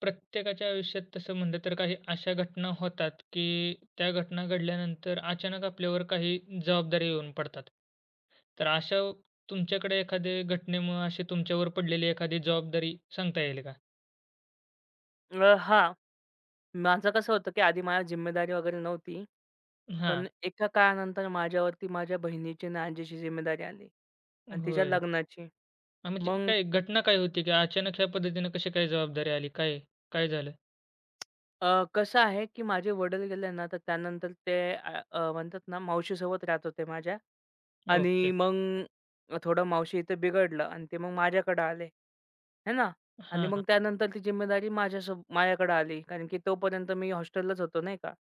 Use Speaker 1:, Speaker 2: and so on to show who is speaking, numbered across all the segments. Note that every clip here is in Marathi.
Speaker 1: प्रत्येकाच्या आयुष्यात तसं म्हणलं तर काही अशा घटना होतात, की त्या घटना घडल्यानंतर अचानक आपल्यावर काही जबाबदाऱ्या येऊन पडतात. तर अशा तुमच्याकडे एखाद्या घटनेमुळं अशी तुमच्यावर पडलेली एखादी जबाबदारी सांगता येईल का?
Speaker 2: हां. माझं कसं होतं, की आधी मला जिम्मेदारी वगैरे नव्हती.
Speaker 1: हां.
Speaker 2: पण एका काळानंतर माझ्यावरती माझ्या बहिणीची आणि आजीची जिम्मेदारी आली आणि तिच्या
Speaker 1: होय.
Speaker 2: लग्नाची.
Speaker 1: हां, म्हणजे
Speaker 2: मग
Speaker 1: काय घटना काय होती, की अचानक ह्या पद्धतीनं कशी काय जबाबदारी आली? काय काय झालं?
Speaker 2: अ, कसं आहे, की माझे वडील गेले ना, तर त्यानंतर ते अ, अ, म्हणतात ना मावशीसोबत राहत होते माझ्या.
Speaker 1: ओके.
Speaker 2: आणि मग थोडं मावशी इथं बिघडलं आणि ते मग माझ्याकडे आले. है ना?
Speaker 1: हां,
Speaker 2: आणि मग
Speaker 1: हां.
Speaker 2: त्यानंतर ती जिम्मेदारी माझ्याकडे आली. कारण की तोपर्यंत मी हॉस्टेललाच होतो नाही का.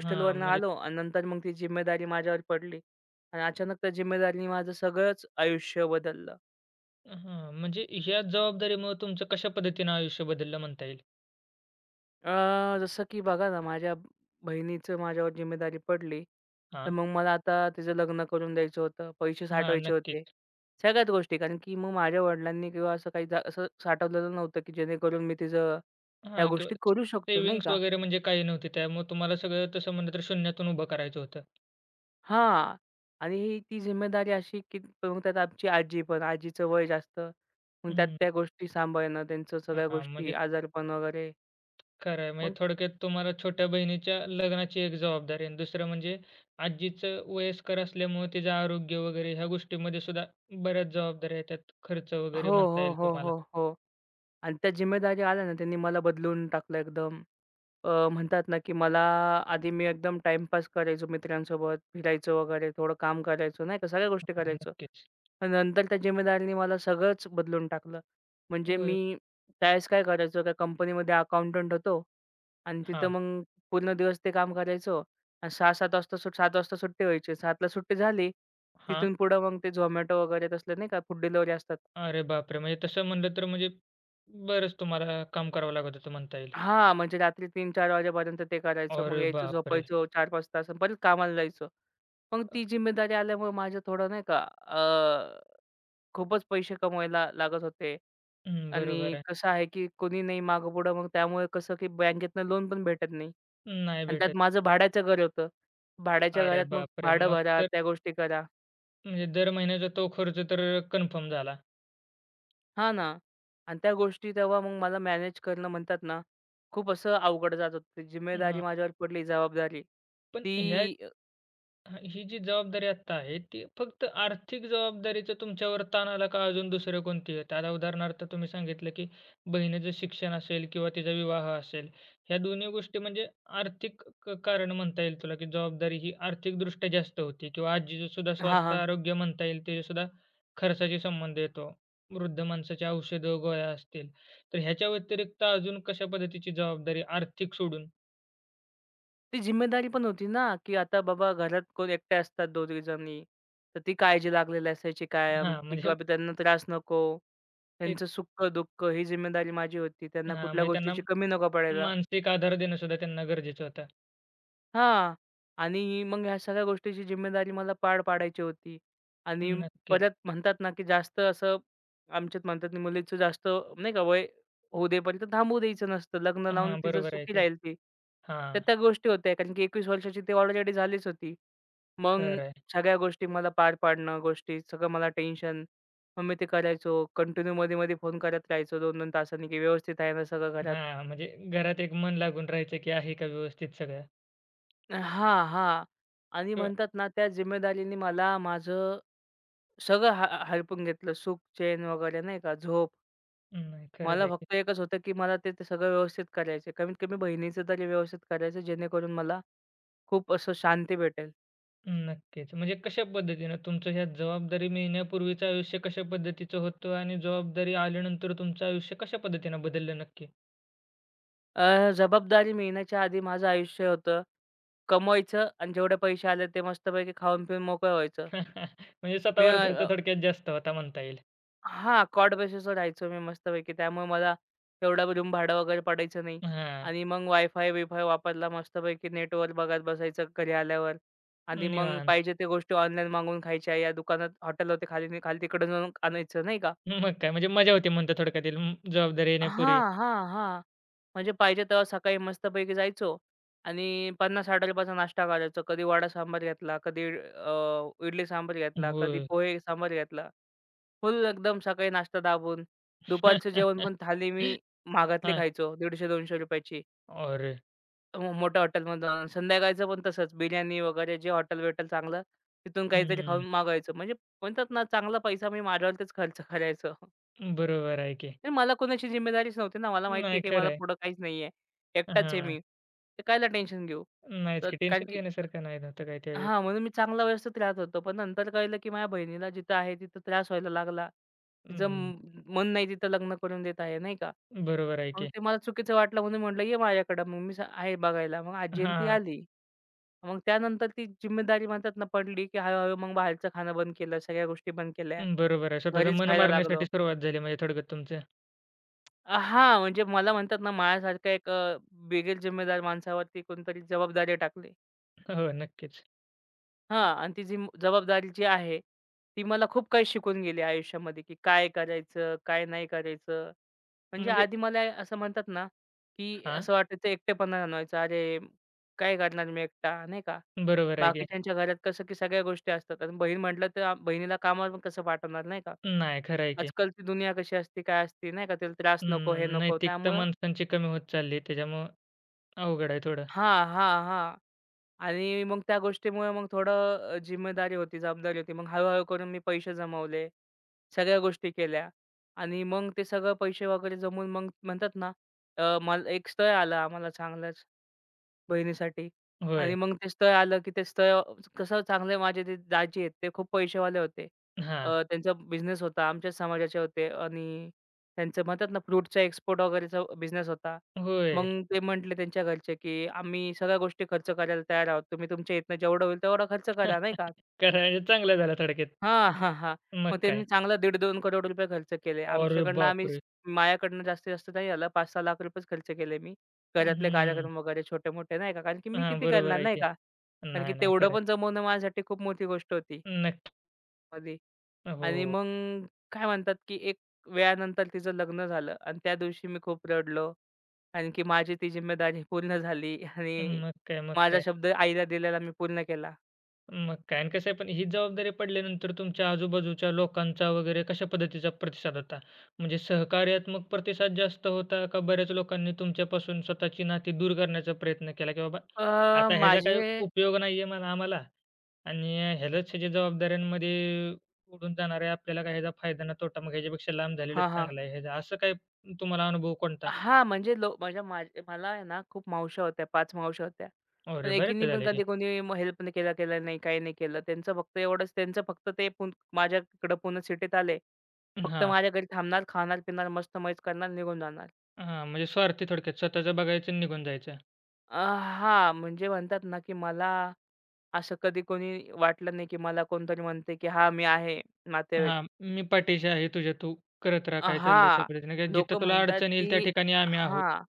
Speaker 1: हां, म्हणजे
Speaker 2: आलो आणि नंतर मग ती जिम्मेदारी माझ्यावर पडली आणि अचानक त्या जिम्मेदारीने माझं सगळंच आयुष्य बदललं.
Speaker 1: हां, म्हणजे ह्या जबाबदारीमुळं तुमचं कशा पद्धतीनं आयुष्य बदललं म्हणता येईल?
Speaker 2: जसं की बघा ना, बहिणीचं माझ्यावर जिम्मेदारी पडली, तर
Speaker 1: हां.
Speaker 2: मग मला आता तिचं लग्न करून द्यायचं होतं, पैसे
Speaker 1: हां,
Speaker 2: साठवायचे होते,
Speaker 1: नक्कीच.
Speaker 2: सगळ्याच गोष्टी. कारण की मग माझ्या वडिलांनी किंवा असं काही जा असं साठवलेलं नव्हतं, की जेणेकरून मी तिचं त्या
Speaker 1: हां, किंवा
Speaker 2: गोष्टी करू शकतो, नाही
Speaker 1: सेव्हिंग्ज
Speaker 2: का?
Speaker 1: वगैरे म्हणजे काही नव्हती. त्यामुळे तुम्हाला सगळं तसं म्हणलं तर शून्यातून उभं करायचं होतं.
Speaker 2: हां. आणि ही ती जिम्मेदारी अशी, की मग त्यात आमची आजी पण, आजीचं वय जास्त, मग त्यात
Speaker 1: हं,
Speaker 2: त्या गोष्टी सांभाळणं, त्यांचं सगळ्या
Speaker 1: हां,
Speaker 2: गोष्टी,
Speaker 1: म्हणजे
Speaker 2: आजारपण वगैरे.
Speaker 1: खरं आहे. म्हणजे
Speaker 2: मग
Speaker 1: थोडक्यात तुम्हाला छोट्या बहिणीच्या लग्नाची एक जबाबदारी आणि दुसरं म्हणजे आजीचं वयस्कर असल्यामुळे तिचं आरोग्य वगैरे ह्या गोष्टीमध्ये सुद्धा बऱ्याच जबाबदाऱ्या येतात. खर्च वगैरे
Speaker 2: हो,
Speaker 1: म्हणता
Speaker 2: हो,
Speaker 1: येईल
Speaker 2: हो,
Speaker 1: तुम्हाला.
Speaker 2: हो, हो. आणि त्या जिम्मेदारी आल्या ना, त्यांनी मला बदलून टाकलं एकदम. म्हणतात ना, की मला आधी मी एकदम टाईमपास करायचो मित्रांसोबत, फिरायचो वगैरे, थोडं काम करायचो, नाही का, सगळ्या गोष्टी
Speaker 1: हां,
Speaker 2: करायचो.
Speaker 1: नक्कीच.
Speaker 2: पण नंतर त्या जिम्मेदारीने मला सगळंच बदलून टाकलं. म्हणजे
Speaker 1: होय.
Speaker 2: मी त्यावेळेस काय करायचो, त्या कंपनीमध्ये अकाउंटंट होतो आणि तिथं
Speaker 1: हां,
Speaker 2: मग पूर्ण दिवस ते काम करायचो आणि 6-7 वाजता सुट 7 वाजता सुट्टी व्हायची. 7ला सुट्टी झाली,
Speaker 1: हां.
Speaker 2: तिथून पुढं मग ते Zomato वगैरे तसले नाही का फूड डिलिव्हरी असतात.
Speaker 1: अरे बापरे! म्हणजे तसं म्हणलं तर म्हणजे बरंच तुम्हाला काम करावं लागत होतं म्हणता येईल.
Speaker 2: हां, म्हणजे रात्री 3:00-4:00 वाजेपर्यंत ते करायचो. मग
Speaker 1: अरे
Speaker 2: यायचो,
Speaker 1: बापरे!
Speaker 2: झोपायचो 4-5 तास आणि परत कामाला जायचो. मग
Speaker 1: अ,
Speaker 2: ती जिम्मेदारी आल्यामुळे माझं थोडं नाही का, खूपच पैसे कमवायला लागत होते
Speaker 1: हं,
Speaker 2: आणि
Speaker 1: बरोबर आहे.
Speaker 2: कसं आहे, की कोणी नाही मागेपुढं मग त्यामुळे कसं, की बँकेतनं लोन पण भेटत नाही
Speaker 1: नाही
Speaker 2: आणि त्यात
Speaker 1: भेटत.
Speaker 2: माझं भाड्याचं घर होतं. भाड्याच्या
Speaker 1: अरे
Speaker 2: घरात मग
Speaker 1: बापरे!
Speaker 2: भाडं
Speaker 1: मग
Speaker 2: भरा,
Speaker 1: तर
Speaker 2: त्या गोष्टी करा.
Speaker 1: म्हणजे दर महिन्याचा तो खर्च तर कन्फर्म झाला.
Speaker 2: हां ना. आणि त्या गोष्टी तेव्हा मग मला मॅनेज करणं म्हणतात ना, खूप असं अवघड जात होतं. ती जिम्मेदारी
Speaker 1: हां.
Speaker 2: माझ्यावर पडली, जबाबदारी
Speaker 1: पण ह्या
Speaker 2: ती
Speaker 1: हां, ही जी जबाबदारी आता आहे, ती फक्त आर्थिक जबाबदारीचा तुमच्यावर ताण आला का अजून दुसरं कोणती आहेत? आता उदाहरणार्थ तुम्ही सांगितलं, की बहिणीचं शिक्षण असेल किंवा तिचा विवाह असेल, ह्या दोन्ही गोष्टी म्हणजे आर्थिक कारण म्हणता येईल तुला, की जबाबदारी ही आर्थिकदृष्ट्या जास्त होती किंवा आजीचंसुद्धा
Speaker 2: हां,
Speaker 1: स्वास्थ्य,
Speaker 2: हां.
Speaker 1: आरोग्य म्हणता येईल, त्याच्यासुद्धा खर्चाशी संबंध येतो. वृद्ध माणसाची औषधं, गोळ्या असतील. तर ह्याच्या व्यतिरिक्त अजून कशा पद्धतीची जबाबदारी आर्थिक सोडून?
Speaker 2: ती जिम्मेदारी पण होती ना, की आता बाबा घरात कोण एकट्या असतात 2-3 जणी. तर ती काळजी लागलेली असायची कायम,
Speaker 1: हां,
Speaker 2: की
Speaker 1: म्हणजे
Speaker 2: कधी त्यांना त्रास नको.
Speaker 1: एक
Speaker 2: त्यांचं सुख-दुःख ही जिम्मेदारी माझी होती. त्यांना
Speaker 1: हां,
Speaker 2: कुठल्या
Speaker 1: म्हणजे त्यांना
Speaker 2: गोष्टीची कमी नको पडायला.
Speaker 1: मानसिक आधार देणं सुद्धा त्यांना गरजेचं होतं.
Speaker 2: हां. आणि मग ह्या सगळ्या गोष्टीची जिम्मेदारी मला पार पाडायची होती. आणि परत
Speaker 1: नक्कीच.
Speaker 2: म्हणतात ना, की जास्त असं आमच्यात म्हणतात ना, मुलीचं जास्त नाही का वय होऊ देईपर्यंत थांबू द्यायचं नसतं. लग्न लावून
Speaker 1: हां,
Speaker 2: तिचं
Speaker 1: बरोबर आहे
Speaker 2: सुखी
Speaker 1: की.
Speaker 2: राहील ती. तर
Speaker 1: हां,
Speaker 2: त्या गोष्टी होत्या. कारण की 21 वर्षाची ती ऑलरेडी झालीच होती. मग
Speaker 1: खरं आहे.
Speaker 2: सगळ्या गोष्टी मला पार पाडणं, गोष्टी सगळं मला टेन्शन. मग मी ते करायचो. कंटिन्यू मध्ये-मध्ये फोन करत राहायचो 2-2 तासांनी, की व्यवस्थित आहे ना सगळं घरात?
Speaker 1: हां, म्हणजे घरात एक मन लागून राहायचं की आहे का व्यवस्थित सगळं?
Speaker 2: हां, हां. आणि
Speaker 1: किंवा
Speaker 2: म्हणतात ना, त्या जिम्मेदारीने मला माझं सगळं हडपून घेतलं. सुख, चैन वगैरे नाही का, झोप.
Speaker 1: नाही, खरंच
Speaker 2: मला
Speaker 1: आहे की.
Speaker 2: फक्त एकच होतं, की मला ते ते सगळं व्यवस्थित करायचं आहे. कमीत कमी बहिणीचं तरी व्यवस्थित करायचं, जेणेकरून मला खूप असं शांती भेटेल.
Speaker 1: नक्कीच. म्हणजे कशा पद्धतीनं तुमचं ह्या जबाबदारी मिळण्यापूर्वीचं आयुष्य कशा पद्धतीचं होतं आणि जबाबदारी आल्यानंतर तुमचं आयुष्य कशा पद्धतीनं बदललं नक्की?
Speaker 2: जबाबदारी मिळण्याच्या आधी माझं आयुष्य होतं, कमवायचं आणि जेवढे पैसे आले ते मस्तपैकी खाऊन-पिऊन मोकळं व्हायचं.
Speaker 1: म्हणजे
Speaker 2: मी
Speaker 1: स्वतःवर खर्च थोडक्यात जास्त होता म्हणता येईल.
Speaker 2: हां, कॉट बेसिसवर राहायचो मी मस्तपैकी. त्यामुळे मला तेवढं रूम भाडं वगैरे पडायचं नाही
Speaker 1: हां,
Speaker 2: आणि मग वायफाय-बिफाय वापरला मस्तपैकी नेटवर बघत बसायचं घरी आल्यावर आणि मग
Speaker 1: निवांत.
Speaker 2: पाहिजे त्या गोष्टी ऑनलाईन मागवून खायच्या. या दुकानात हॉटेल होते खाली खाली तिकडे जाऊन आणायचं नाही का?
Speaker 1: मग काय म्हणजे मजा होती म्हणता थोडक्यात येईल जबाबदारी येण्यापूर्वी.
Speaker 2: हां, हां, हां. म्हणजे पाहिजे तेव्हा सकाळी मस्तपैकी जायचो आणि 50-60 रुपयाचा नाश्ता करायचो. कधी वडा सांबार घेतला, कधी इडली सांबार घेतला, कधी
Speaker 1: होय.
Speaker 2: पोहे सांबार घेतला. फुल एकदम सकाळी नाश्ता दाबून. दुपारचं जेवण पण थाली मी महागातली
Speaker 1: हां.
Speaker 2: खायचो. ₹150-200ची
Speaker 1: अरे!
Speaker 2: मोठ्या हॉटेलमधून आणून. संध्याकाळचं पण तसंच बिर्याणी वगैरे जे हॉटेल-बिटेल चांगलं तिथून काहीतरी खाऊन
Speaker 1: हं.
Speaker 2: मागवायचं. म्हणजे म्हणतात ना चांगला पैसा मी माझ्यावरतीच खर्च करायचो.
Speaker 1: बरोबर आहे की.
Speaker 2: तर मला कोणाची जिम्मेदारीच नव्हती ना. मला माहिती आहे,
Speaker 1: नाही
Speaker 2: की
Speaker 1: खरं
Speaker 2: मला
Speaker 1: आहे.
Speaker 2: पुढं काहीच नाहीये. एकटाच आहे
Speaker 1: हां.
Speaker 2: मी. तर कायला टेन्शन घेऊ?
Speaker 1: नाहीच
Speaker 2: तर
Speaker 1: की
Speaker 2: कारण
Speaker 1: टेन्शन
Speaker 2: की
Speaker 1: घेण्यासारखं नाही नव्हतं काय त्यावेळी.
Speaker 2: हां, म्हणून मी चांगला व्यवस्थित राहत होतो. पण नंतर कळलं, की माझ्या बहिणीला जिथं आहे तिथं त्रास व्हायला लागला. तिचं
Speaker 1: हं.
Speaker 2: म मन नाही तिथं लग्न करून देत आहे, नाही का.
Speaker 1: बरोबर आहे
Speaker 2: मग
Speaker 1: की.
Speaker 2: ते मला चुकीचं वाटलं म्हणून म्हटलं, "ये माझ्याकडं." मग आहे बघायला. मग आजी आणि ती
Speaker 1: हां.
Speaker 2: आली. मग त्यानंतर ती जिम्मेदारी म्हणतात ना पडली, की हळू मग बाहेरचं खाणं बंद केलं. सगळ्या गोष्टी बंद केल्या.
Speaker 1: हं, बरोबर आहे. स्वतःचं
Speaker 2: घरीच
Speaker 1: मन
Speaker 2: खायला
Speaker 1: मारण्यासाठी
Speaker 2: लागलो.
Speaker 1: सुरुवात झाली म्हणजे थोडक्यात तुमचं.
Speaker 2: म्हणजे मला म्हणतात ना माझ्यासारखा एक बिगर जिम्मेदार माणसावरती कोणतरी जबाबदारी टाकली.
Speaker 1: हो, नक्कीच.
Speaker 2: हां आणि ती जबाबदारी जी आहे, ती मला खूप काही शिकून गेली आयुष्यामध्ये, की काय करायचं, काय नाही करायचं. म्हणजे
Speaker 1: म्हणजे
Speaker 2: आधी मला असं म्हणतात ना, की
Speaker 1: हां.
Speaker 2: असं वाटायचं एकटेपणा जाणवायचा. अरे, काय करणार मी एकटा, नाही का.
Speaker 1: बरोबर आहे की.
Speaker 2: बाकीच्यांच्या घरात कसं की सगळ्या गोष्टी असतात आणि बहीण म्हटलं तर आ- बहिणीला कामावर पण कसं पाठवणार, नाही का.
Speaker 1: नाही खरं आहे की.
Speaker 2: आजकालची दुनिया कशी असते, काय असते, नाही का. तिला त्रास नको, हे नको.
Speaker 1: नैतिकता
Speaker 2: त्यामुळं
Speaker 1: माणसांची कमी होत चालली त्याच्यामुळं अवघड आहे थोडं.
Speaker 2: हां, हां, हां. आणि मग त्या गोष्टीमुळे मग थोडं जिम्मेदारी होती, जबाबदारी होती. मग हळू-हळू करून मी पैसे जमवले. सगळ्या गोष्टी केल्या आणि मग ते सगळं पैसे वगैरे जमवून मग म्हणतात ना, मला एक स्थळ आलं आम्हाला चांगलंच. बहिणीसाठी आणि
Speaker 1: होय.
Speaker 2: मग ते स्थळ आलं, की ते स्थळ कसं चांगले माझे ते दाजी आहेत, ते खूप पैसेवाले होते.
Speaker 1: हां.
Speaker 2: त्यांचा बिझनेस होता, आमच्याच समाजाचे होते आणि त्यांचं म्हणतात ना फ्रूटचा एक्सपोर्ट वगैरेचा बिझनेस होता.
Speaker 1: होय.
Speaker 2: मग ते म्हटले त्यांच्या घरचे, की "आम्ही सगळ्या गोष्टी खर्च करायला तयार आहोत. तुम्ही तुमच्या इथनं जेवढं होईल तेवढा खर्च करा," नाही का?
Speaker 1: खरं आहे. चांगलं झालं थोडक्यात.
Speaker 2: हां, हां, हां. मग
Speaker 1: मग
Speaker 2: त्यांनी
Speaker 1: काय.
Speaker 2: चांगला ₹1.5-2 करोड रुपये खर्च केले.
Speaker 1: अरे बापरे!
Speaker 2: माझ्याकडनं जास्तीत जास्त नाही झालं. ₹5-6 लाख रुपयेच खर्च केले मी. घरातले
Speaker 1: हं.
Speaker 2: कार्यक्रम वगैरे छोटे-मोठे नाही का, कारण की मी
Speaker 1: हां.
Speaker 2: किती
Speaker 1: बरोबर
Speaker 2: करणार
Speaker 1: आहे
Speaker 2: नाही
Speaker 1: की.
Speaker 2: का? कारण की
Speaker 1: नाही, नाही.
Speaker 2: तेवढं
Speaker 1: खरं आहे.
Speaker 2: पण जमवणं माझ्यासाठी खूप मोठी गोष्ट होती
Speaker 1: नक्की
Speaker 2: आधी. आणि
Speaker 1: हो.
Speaker 2: मग काय म्हणतात, की एक वेळानंतर तिचं लग्न झालं आणि त्या दिवशी मी खूप रडलो. कारण की माझी ती जिम्मेदारी पूर्ण झाली आणि
Speaker 1: मग काय, मग
Speaker 2: माझा
Speaker 1: काय,
Speaker 2: शब्द आईला दिलेला मी पूर्ण केला.
Speaker 1: मग काय आणि कसं आहे पण ही जबाबदारी पडल्यानंतर तुमच्या आजूबाजूच्या लोकांचा वगैरे कशा पद्धतीचा प्रतिसाद होता? म्हणजे सहकार्यात्मक प्रतिसाद जास्त होता का बऱ्याच लोकांनी तुमच्यापासून स्वतःची नाती दूर करण्याचा प्रयत्न केला, की बाबा
Speaker 2: अ,
Speaker 1: आता ह्याचा काही
Speaker 2: माझे
Speaker 1: उपयोग नाहीये मला आम्हाला आणि ह्यालाच ह्याच्या जबाबदाऱ्यांमध्ये उडून जाणार आहे. आपल्याला काय ह्याचा फायदा ना तोटा, मग ह्याच्यापेक्षा लांब झालेलंच
Speaker 2: हां, हां.
Speaker 1: चांगलं आहे. ह्याचा असं काय तुम्हाला अनुभव कोणता?
Speaker 2: हां, म्हणजे लो माझ्या माझ मला आहे ना, खूप मावश्या होत्या, पाच मावश्या होत्या. पण
Speaker 1: अरे बरेच
Speaker 2: एकीनी पण
Speaker 1: झाले की.
Speaker 2: कधी कोणी मग हेल्प नाही केला केला नाही, काही नाही केलं. त्यांचं फक्त ते माझ्या इकडं पुणे सिटीत आले. फक्त
Speaker 1: हां.
Speaker 2: माझ्या घरी थांबणार, खाणार-पिणार, मस्त मौज करणार, निघून जाणार.
Speaker 1: हां, म्हणजे स्वार्थी थोडक्यात. स्वतःचं बघायचं आणि निघून जायचं.
Speaker 2: अ, हां, म्हणजे म्हणतात ना, की मला असं कधी कोणी वाटलं नाही, की मला कोणतरी म्हणते, की "हां, मी आहे," नातेवाईक.
Speaker 1: हां, मी पाठीशी आहे तुझ्या, तू करत राहा काय चाललंय त्या
Speaker 2: हां,
Speaker 1: पद्धतीने. कारण जिथं
Speaker 2: लोकं
Speaker 1: तुला
Speaker 2: म्हणतात,
Speaker 1: अडचण येईल त्या
Speaker 2: की
Speaker 1: ठिकाणी आम्ही आहोत.
Speaker 2: हां.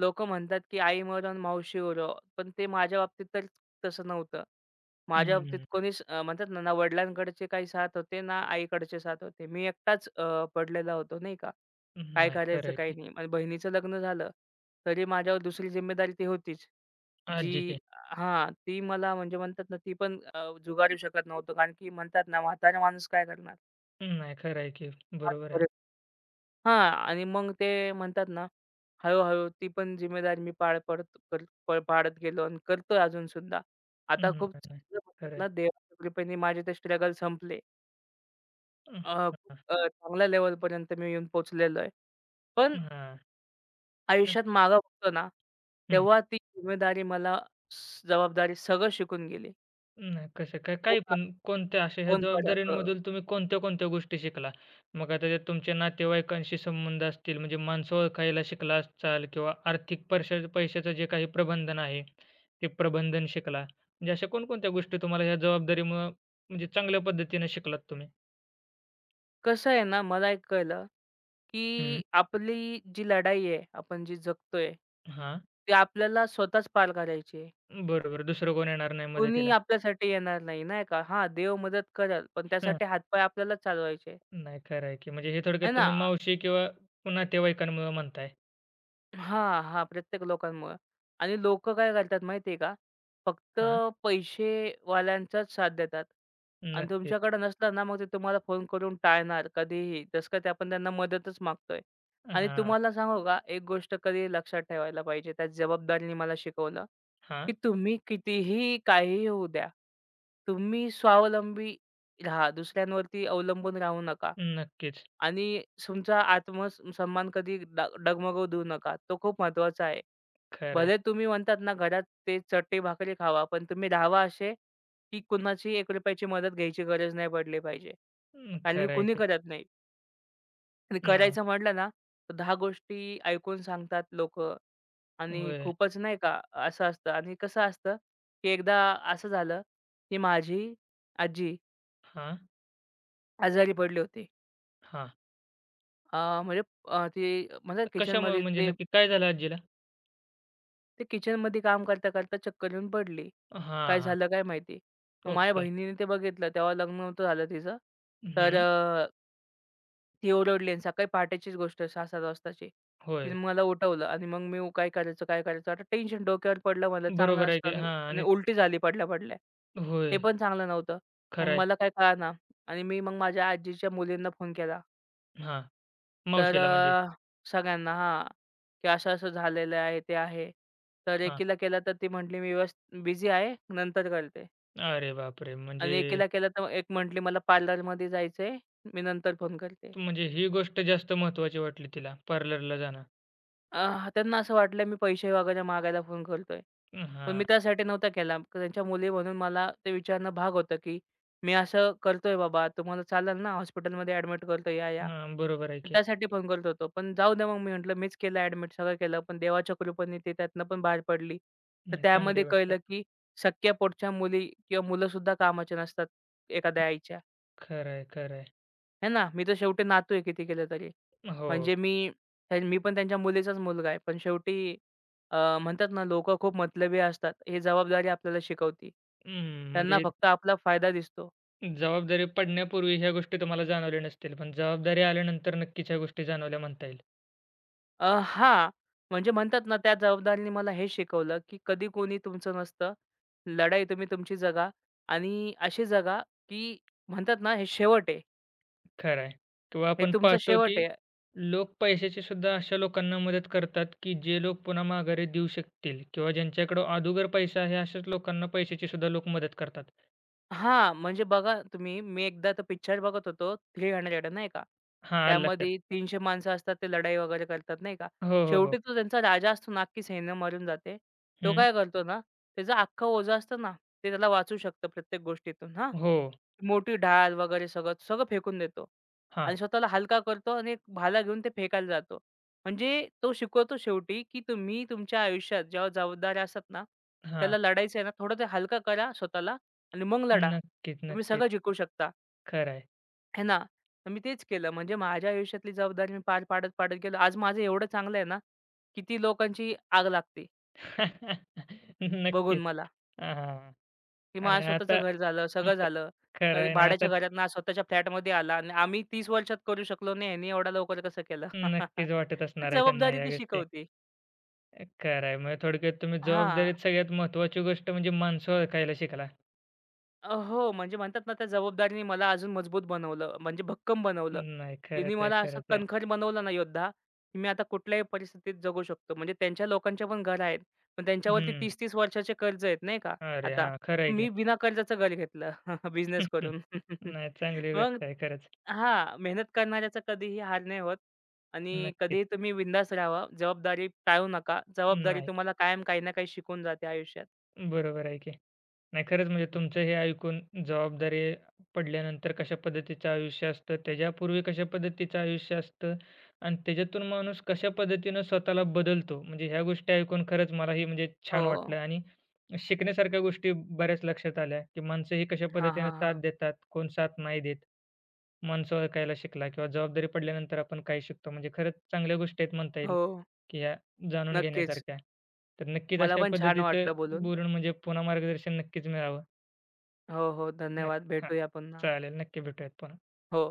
Speaker 2: लोकं म्हणतात, की "आई मरण मावशी उरो." पण ते माझ्या बाबतीत तर तसं नव्हतं. माझ्या बाबतीत
Speaker 1: हं,
Speaker 2: कोणीच म्हणतात ना, ना वडिलांकडचे काही साथ होते, ना आईकडचे साथ होते. मी एकटाच पडलेला होतो नाही का. काय
Speaker 1: नाही खरं
Speaker 2: करायचं,
Speaker 1: आहे
Speaker 2: काही
Speaker 1: की.
Speaker 2: नाही. माझ्या बहिणीचं लग्न झालं, तरी माझ्यावर दुसरी जिम्मेदारी ती होतीच. जी
Speaker 1: आजीचे.
Speaker 2: हां, ती मला म्हणजे म्हणतात ना, ती पण झुगारू शकत नव्हतं. कारण की म्हणतात ना, म्हातारा माणूस काय करणार?
Speaker 1: नाही खरं आहे की. बरोबर आहे.
Speaker 2: हां. आणि मग ते म्हणतात ना, हळू-हळू ती पण जिम्मेदारी मी पार पडत कर प पाडत गेलो आणि करतोय अजून सुद्धा.
Speaker 1: हं,
Speaker 2: आता खूप
Speaker 1: नाही, नाही.
Speaker 2: चांगलं म्हणतात
Speaker 1: खरं आहे.
Speaker 2: ना, देवाच्या कृपेने माझे ते स्ट्रगल संपले.
Speaker 1: हं,
Speaker 2: अ, खूप
Speaker 1: हां,
Speaker 2: अ, चांगल्या लेव्हलपर्यंत मी येऊन पोहोचलेलो आहे. पण
Speaker 1: हां.
Speaker 2: आयुष्यात मागं बघतो ना,
Speaker 1: हं.
Speaker 2: तेव्हा ती जिम्मेदारी मला जबाबदारी सगळं शिकून गेली.
Speaker 1: नाही, कसं काय,
Speaker 2: कोण
Speaker 1: काही
Speaker 2: आग,
Speaker 1: पण कोणत्या अशा ह्या
Speaker 2: कोण पराग.
Speaker 1: जबाबदाऱ्यांमधून तुम्ही कोणत्या-कोणत्या गोष्टी शिकला? मग आता त्यात तुमच्या नातेवाईकांशी संबंध असतील, म्हणजे माणसं ओळखायला शिकला असाल किंवा आर्थिक पैशाचं जे काही प्रबंधन आहे, ते प्रबंधन शिकला. म्हणजे अशा कोणकोणत्या गोष्टी तुम्हाला ह्या जबाबदारीमुळं म्हणजे चांगल्या पद्धतीनं शिकलात तुम्ही?
Speaker 2: कसं आहे ना, मला एक कळलं
Speaker 1: हं.
Speaker 2: की आपली जी लढाई आहे, आपण जी जगतोय,
Speaker 1: हां.
Speaker 2: ती आपल्याला स्वतःच पार करायची आहे.
Speaker 1: बरोबर. दुसरं कोण येणार नाही
Speaker 2: कोणीही
Speaker 1: मदतीला.
Speaker 2: आपल्यासाठी येणार नाही, नाही का? हां, देव मदत करेल, पण
Speaker 1: हां.
Speaker 2: त्यासाठी हातपाय आपल्यालाच चालवायचे
Speaker 1: नाही खरं आहे की. म्हणजे हे थोडक्यात
Speaker 2: आहे
Speaker 1: तुम्ही
Speaker 2: ना?
Speaker 1: मावशी किंवा नातेवाईकांमुळं म्हणताय.
Speaker 2: हां, हां. प्रत्येक लोकांमुळं आणि लोकं काय करतात माहिती आहे का? फक्त
Speaker 1: हां.
Speaker 2: पैसेवाल्यांचाच साथ देतात आणि
Speaker 1: नक्कीच.
Speaker 2: तुमच्याकडे नसला ना, मग ते तुम्हाला फोन करून टाळणार कधीही. जसं का ते आपण त्यांना मदतच मागतोय आणि
Speaker 1: हां,
Speaker 2: तुम्हाला सांगू का, एक गोष्ट कधी लक्षात ठेवायला पाहिजे, त्या जबाबदारीने मला शिकवलं,
Speaker 1: हां.
Speaker 2: की तुम्ही कितीही, काहीही होऊ द्या, तुम्ही स्वावलंबी राहा. दुसऱ्यांवरती अवलंबून राहू नका.
Speaker 1: नक्कीच.
Speaker 2: आणि तुमचा आत्मसन्मान कधी डगमगू देऊ नका. तो खूप महत्त्वाचा आहे.
Speaker 1: खरं आहे.
Speaker 2: भले तुम्ही म्हणतात ना घरात ते चटई-भाकरी खावा, पण तुम्ही राहावा असे, की कुणाची ₹1 ची मदत घ्यायची गरज नाही पडली पाहिजे.
Speaker 1: अं,
Speaker 2: आणि
Speaker 1: खरं आहे
Speaker 2: कुणी
Speaker 1: ते.
Speaker 2: करत नाही. आणि
Speaker 1: नाही.
Speaker 2: करायचं म्हटलं ना, तर 10 गोष्टी ऐकून सांगतात लोकं आणि
Speaker 1: होय.
Speaker 2: खूपच नाही का असं असतं. आणि कसं असतं, की एकदा असं झालं, की माझी आजी
Speaker 1: हां,
Speaker 2: आजारी पडली होती.
Speaker 1: हां.
Speaker 2: अ, म्हणजे अ, ते म्हणजे किचनमध्ये
Speaker 1: कशामुळं म्हणजे
Speaker 2: ते
Speaker 1: नक्की काय झालं आजीला?
Speaker 2: ते किचनमध्ये काम करता करता चक्कर येऊन पडली.
Speaker 1: हां,
Speaker 2: काय
Speaker 1: हां.
Speaker 2: झालं काय माहिती? मग माझ्या
Speaker 1: ओके.
Speaker 2: बहिणीने ते बघितलं. तेव्हा लग्न नव्हतं झालं तिचं. तर
Speaker 1: हं.
Speaker 2: अ, ती ओरडली आणि सकाळी पहाटेचीच गोष्ट आहे 6-7 वाजताची. तिने
Speaker 1: होय.
Speaker 2: मला उठवलं आणि काय करायचं, काय करायचं? आता टेन्शन डोक्यावर पडलं मला चांगलं
Speaker 1: बरोबर आहे
Speaker 2: नसतं
Speaker 1: की
Speaker 2: आणि
Speaker 1: हां
Speaker 2: आणि
Speaker 1: आणि
Speaker 2: उलटी झाली पडल्या-पडल्या. ते
Speaker 1: होय.
Speaker 2: पण चांगलं नव्हतं.
Speaker 1: खरं
Speaker 2: मग
Speaker 1: आहे.
Speaker 2: मला काय कळेना आणि मी मग माझ्या आजीच्या मुलींना फोन केला.
Speaker 1: हां.
Speaker 2: तर
Speaker 1: मावशीला म्हणजे
Speaker 2: अ, सगळ्यांना हां, की असं-असं झालेलं आहे, ते आहे. तर
Speaker 1: हां.
Speaker 2: एकीला केला तर ती म्हटली, "मी बिझी आहे, नंतर करते."
Speaker 1: अरे बापरे!
Speaker 2: आणि
Speaker 1: म्हणजे
Speaker 2: एकीला केला तर एक म्हटली, "मला पार्लरमध्ये जायचंय, मी नंतर फोन करते."
Speaker 1: म्हणजे ही गोष्ट जास्त महत्त्वाची वाटली तिला पार्लरला जाणं.
Speaker 2: त्यांना असं वाटलं मी पैसे वगैरे मागायला फोन करतोय. पण मी
Speaker 1: हां,
Speaker 2: त्यासाठी नव्हता केला. त्यांच्या मुली म्हणून मला ते विचारणं भाग होतं, की "मी असं करतोय बाबा, तुम्हाला चालेल ना? हॉस्पिटलमध्ये ॲडमिट करतो या, या."
Speaker 1: हां. बरोबर आहे की.
Speaker 2: त्यासाठी फोन करत होतो. पण जाऊ द्या मग मी म्हटलं मीच केलं ॲडमिट, सगळं केलं. पण देवाच्या कृपेने ती त्यातनं पण बाहेर पडली. तर
Speaker 1: नाही चांगली
Speaker 2: त्यामध्ये
Speaker 1: गोष्ट आहे.
Speaker 2: कळलं, की सख्या पोटच्या मुली किंवा मुलंसुद्धा कामाच्या नसतात एखाद्या आईच्या.
Speaker 1: खरं आहे.
Speaker 2: आहे ना. मी तर शेवटी नातू आहे किती केलं तरी.
Speaker 1: हो.
Speaker 2: म्हणजे मी मी पण त्यांच्या मुलीचाच मुलगा आहे. पण शेवटी म्हणतात ना लोकं खूप मतलबी असतात. ही जबाबदारी आपल्याला शिकवती.
Speaker 1: अं,
Speaker 2: त्यांना
Speaker 1: म्हणजे
Speaker 2: फक्त आपला फायदा दिसतो.
Speaker 1: जबाबदारी पडण्यापूर्वी ह्या गोष्टी तुम्हाला जाणवल्या नसतील, पण जबाबदारी आल्यानंतर नक्कीच ह्या गोष्टी जाणवल्या म्हणता येईल.
Speaker 2: हां. म्हणजे म्हणतात ना त्या जबाबदारीने मला हे शिकवलं, की कधी कोणी तुमचं नसतं. लढाई तुम्ही तुमची जगा आणि अशी जगा, की म्हणतात ना हे शेवट आहे.
Speaker 1: खरं आहे किंवा
Speaker 2: हे
Speaker 1: आपण
Speaker 2: तुमचं
Speaker 1: पाहतो, की
Speaker 2: शेवट आहे.
Speaker 1: लोक पैशाची सुद्धा अशा लोकांना मदत करतात, की जे लोक पुन्हा माघारी देऊ शकतील किंवा ज्यांच्याकडे अदुगर पैसा आहे अशाच लोकांना पैशाची सुद्धा लोक मदत करतात.
Speaker 2: हां, म्हणजे बघा तुम्ही, मी एकदा तो पिक्चर बघत होतो 300 नाही का.
Speaker 1: हां, आलं लक्षात.
Speaker 2: त्यामध्ये 300 माणसं असतात, ते लढाई वगैरे करतात नाही का.
Speaker 1: हो.
Speaker 2: शेवटी तो त्यांचा राजा असतो ना, अख्खी सैन्य मरून जाते. तो
Speaker 1: हं.
Speaker 2: काय करतो ना, त्याचा अख्खं ओझं असतं ना, ते त्याला वाचवू शकतं प्रत्येक गोष्टीतून हां.
Speaker 1: हो.
Speaker 2: मोठी ढाल वगैरे सगळं फेकून देतो
Speaker 1: हां,
Speaker 2: आणि स्वतःला हलका करतो आणि एक भाला घेऊन ते फेकायला जातो. म्हणजे तो शिकवतो शेवटी, की तुम्ही तुमच्या आयुष्यात जेव्हा जबाबदाऱ्या असतात ना,
Speaker 1: हां.
Speaker 2: त्याला लढायचं आहे ना, थोडं ते हलका करा स्वतःला आणि मग लढा. तुम्ही
Speaker 1: नक्कीच.
Speaker 2: सगळं जिंकू शकता,
Speaker 1: खरं आहे.
Speaker 2: हे ना. तर मी तेच केलं. म्हणजे माझ्या आयुष्यातली जबाबदारी मी पार पाडत गेलो. आज माझं एवढं चांगलं आहे ना, किती लोकांची आग लागते बघून
Speaker 1: नक्कीच.
Speaker 2: मला.
Speaker 1: हां, हां.
Speaker 2: की
Speaker 1: आणि
Speaker 2: माझं स्वतःचं
Speaker 1: आता
Speaker 2: घर झालं, सगळं
Speaker 1: आता
Speaker 2: झालं.
Speaker 1: खरं
Speaker 2: कधी
Speaker 1: आहे ना, आता
Speaker 2: भाड्याच्या घरातनं आज स्वतःच्या फ्लॅटमध्ये आला आणि आम्ही 30 वर्षात करू शकलो नाही ह्यांनी एवढ्या लवकर कसं केलं?
Speaker 1: नक्कीच वाटत
Speaker 2: तर
Speaker 1: असणार आहे त्यांना
Speaker 2: जबाबदारी
Speaker 1: या
Speaker 2: ती
Speaker 1: गोष्टी.
Speaker 2: शिकवते.
Speaker 1: खरं आहे. म्हणजे थोडक्यात तुम्ही
Speaker 2: हां.
Speaker 1: जबाबदारीत सगळ्यात महत्त्वाची गोष्ट म्हणजे माणसं ओळखायला शिकला.
Speaker 2: हो, म्हणजे म्हणतात ना त्या जबाबदारीने मला अजून मजबूत बनवलं, म्हणजे भक्कम बनवलं. तिने मला असं
Speaker 1: खरंच आहे.
Speaker 2: कणखर बनवलं ना योद्धा, की मी आता कुठल्याही परिस्थितीत जगू शकतो. म्हणजे त्यांच्या लोकांच्या पण घर आहेत. पण त्यांच्यावरती
Speaker 1: हं.
Speaker 2: 30-30 वर्षाचे कर्ज आहेत नाही का
Speaker 1: अरे
Speaker 2: आता.
Speaker 1: हां, खरं आहे
Speaker 2: मी
Speaker 1: की.
Speaker 2: बिना कर्जाचं घर घेतलं बिझनेस करून.
Speaker 1: नाही चांगली
Speaker 2: मग
Speaker 1: गोष्ट आहे खरंच.
Speaker 2: हां, मेहनत करणाऱ्याचा कधीही हार नाही होत आणि
Speaker 1: नक्कीच.
Speaker 2: कधीही तुम्ही बिंदास राहावा. जबाबदारी टाळू नका. जबाबदारी
Speaker 1: नाही.
Speaker 2: तुम्हाला कायम काही ना काही शिकून जाते आयुष्यात.
Speaker 1: बरोबर आहे की. नाही खरंच म्हणजे तुमचं हे ऐकून जबाबदारी पडल्यानंतर कशा पद्धतीचं आयुष्य असतं, त्याच्यापूर्वी कशा पद्धतीचं आयुष्य असतं आणि त्याच्यातून माणूस कशा पद्धतीनं स्वतःला बदलतो. म्हणजे ह्या गोष्टी ऐकून खरंच मलाही म्हणजे छान
Speaker 2: हो.
Speaker 1: वाटलं आणि शिकण्यासारख्या गोष्टी बऱ्याच लक्षात आल्या, की माणसं ही कशा
Speaker 2: हां, हा,
Speaker 1: पद्धतीने
Speaker 2: हां.
Speaker 1: साथ देतात, कोण साथ नाही देत. माणसं ओळखायला शिकला किंवा जबाबदारी पडल्यानंतर आपण काय शिकतो. म्हणजे खरंच चांगल्या गोष्टी आहेत म्हणता येईल,
Speaker 2: हो,
Speaker 1: की ह्या जाणून
Speaker 2: नक्कीच.
Speaker 1: घेण्यासारख्या. तर नक्कीच
Speaker 2: मला
Speaker 1: अशा
Speaker 2: पण छान
Speaker 1: पद्धतीचं
Speaker 2: वाटलं बोलून.
Speaker 1: बोलून म्हणजे पुन्हा मार्गदर्शन नक्कीच मिळावं.
Speaker 2: हो, हो. धन्यवाद.
Speaker 1: नक्की हां,
Speaker 2: भेटूया पुन्हा.
Speaker 1: चालेल. नक्की भेटूयात पुन्हा.
Speaker 2: हो.